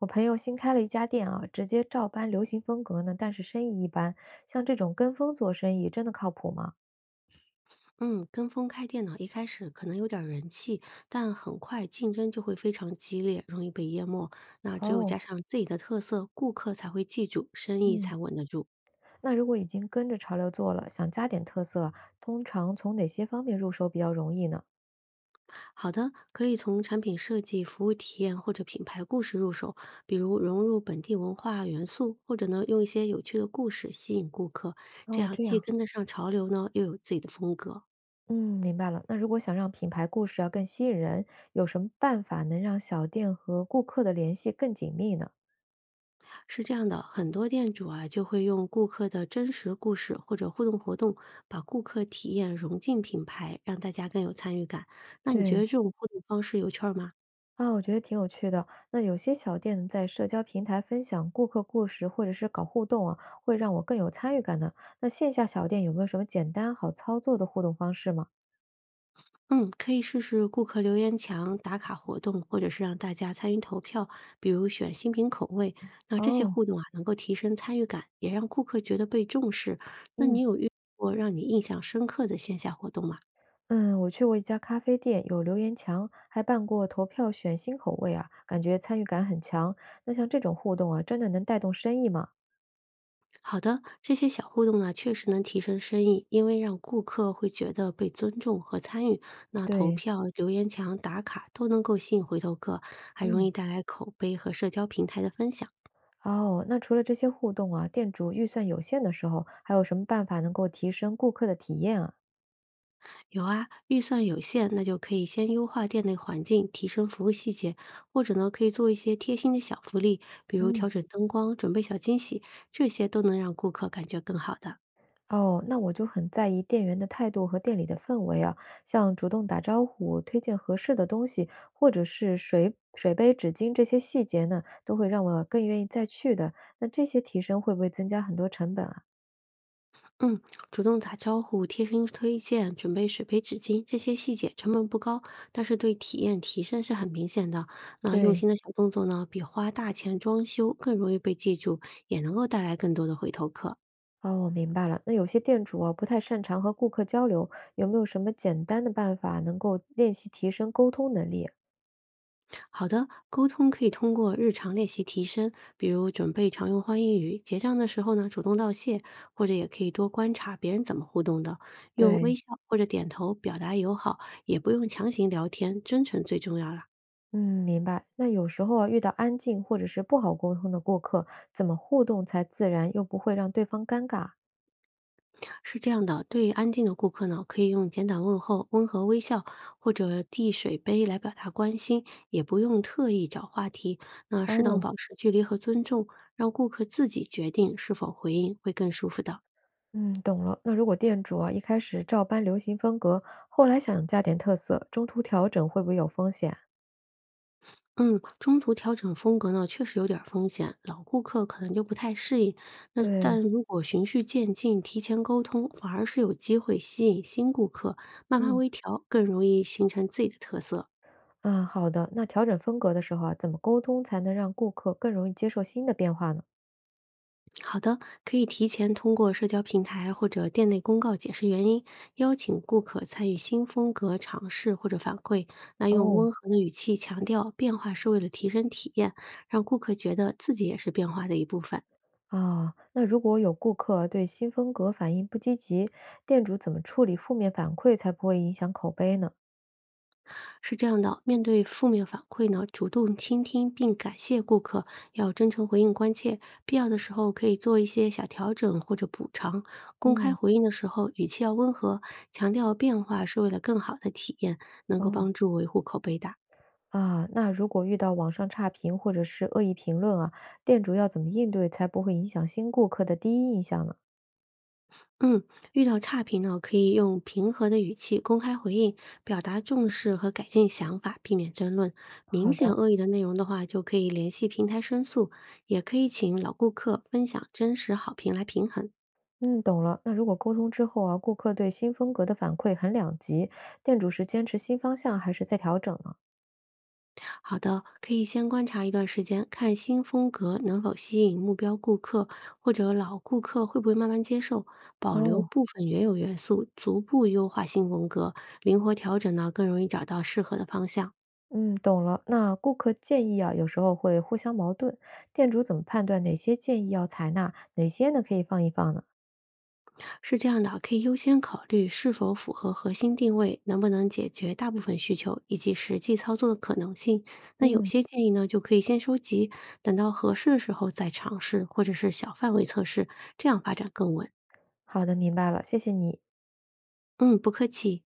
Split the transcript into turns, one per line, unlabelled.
我朋友新开了一家店啊，直接照搬流行风格呢，但是生意一般。像这种跟风做生意，真的靠谱吗？
嗯，跟风开店呢，一开始可能有点儿人气，但很快竞争就会非常激烈，容易被淹没。那只有加
哦，
上自己的特色，顾客才会记住，生意
嗯，
才稳得住。
那如果已经跟着潮流做了，想加点特色，通常从哪些方面入手比较容易呢？
好的，可以从产品设计、服务体验或者品牌故事入手，比如融入本地文化元素，或者呢用一些有趣的故事吸引顾客，这
哦，
样
这
既
样，
跟得上潮流呢，又有自己的风格。
嗯，明白了。那如果想让品牌故事要更吸引人，有什么办法能让小店和顾客的联系更紧密呢？
是这样的，很多店主啊就会用顾客的真实故事或者互动活动，把顾客体验融进品牌，让大家更有参与感。那你觉
对，
得这种互动方式有趣儿吗？
啊，我觉得挺有趣的。那有些小店在社交平台分享顾客故事，或者是搞互动啊，会让我更有参与感的。那线下小店有没有什么简单好操作的互动方式吗？
嗯，可以试试顾客留言墙、打卡活动，或者是让大家参与投票，比如选新品口味。那这些
哦，
互动啊，能够提升参与感，也让顾客觉得被重视。那你
嗯
有遇过让你印象深刻的线下活动吗？
嗯，我去过一家咖啡店，有留言墙，还办过投票选新口味啊，感觉参与感很强。那像这种互动啊，真的能带动生意吗？
好的，这些小互动呢，确实能提升生意，因为让顾客会觉得被尊重和参与。那投
对，
票、留言墙、打卡都能够吸引回头客，还容
嗯。
易带来口碑和社交平台的分享。
哦，那除了这些互动啊，店主预算有限的时候，还有什么办法能够提升顾客的体验啊？
有啊，预算有限，那就可以先优化店内环境，提升服务细节，或者呢，可以做一些贴心的小福利，比如
嗯。
调整灯光、准备小惊喜，这些都能让顾客感觉更好的。
哦，那我就很在意店员的态度和店里的氛围啊，像主动打招呼、推荐合适的东西，或者是水杯、纸巾这些细节呢，都会让我更愿意再去的。那这些提升会不会增加很多成本啊？
嗯，主动打招呼、贴心推荐、准备水杯、纸巾，这些细节成本不高，但是对体验提升是很明显的。那用
对，
心的小动作呢，比花大钱装修更容易被记住，也能够带来更多的回头客。
哦，我明白了。那有些店主啊不太擅长和顾客交流，有没有什么简单的办法能够练习提升沟通能力啊
好的，沟通可以通过日常练习提升，比如准备常用欢迎语，结账的时候呢主动道谢，或者也可以多观察别人怎么互动的，用微
对，
笑或者点头表达友好，也不用强行聊天，真诚最重要啦。
嗯，明白。那有时候啊遇到安静或者是不好沟通的顾客，怎么互动才自然又不会让对方尴尬啊？
是这样的，对安静的顾客呢，可以用简短问候、温和微笑或者递水杯来表达关心，也不用特意找话题。那适当
哦，
保持距离和尊重，让顾客自己决定是否回应，会更舒服的。
嗯，懂了。那如果店主啊一开始照搬流行风格，后来想加点特色，中途调整会不会有风险？
嗯，中途调整风格呢，确实有点儿风险，老顾客可能就不太适应。那
对，
但如果循序渐进，提前沟通，反而是有机会吸引新顾客，慢慢
嗯，
微调，更容易形成自己的特色。
啊，好的。那调整风格的时候啊，怎么沟通才能让顾客更容易接受新的变化呢？
好的，可以提前通过社交平台或者店内公告解释原因，邀请顾客参与新风格尝试或者反馈。那用温
哦，
和的语气强调变化是为了提升体验，让顾客觉得自己也是变化的一部分。
啊，那如果有顾客对新风格反应不积极，店主怎么处理负面反馈才不会影响口碑呢？
是这样的，面对负面反馈呢，主动倾听并感谢顾客，要真诚回应关切，必要的时候可以做一些小调整或者补偿。公开
嗯，
回应的时候，语气要温和，强调变化是为了更好的体验，能够帮
哦。
助维护口碑的。
啊，那如果遇到网上差评或者是恶意评论啊，店主要怎么应对才不会影响新顾客的第一印象呢？
嗯，遇到差评呢，可以用平和的语气公开回应，表达重视和改进想法，避免争论。明
好
显
的，
恶意的内容的话，就可以联系平台申诉，也可以请老顾客分享真实好评来平衡。
嗯，懂了。那如果沟通之后啊，顾客对新风格的反馈很两极，店主是坚持新方向还是在调整呢？
好的，可以先观察一段时间，看新风格能否吸引目标顾客，或者老顾客会不会慢慢接受。保留
哦，
部分原有元素，逐步优化新风格，灵活调整呢，更容易找到适合的方向。
嗯，懂了。那顾客建议啊，有时候会互相矛盾，店主怎么判断哪些建议要采纳，哪些呢可以放一放呢？
是这样的，可以优先考虑是否符合核心定位，能不能解决大部分需求，以及实际操作的可能性。那有
嗯，
些建议呢，就可以先收集，等到合适的时候再尝试，或者是小范围测试，这样发展更稳。
好的，明白了，谢谢你。
嗯，不客气。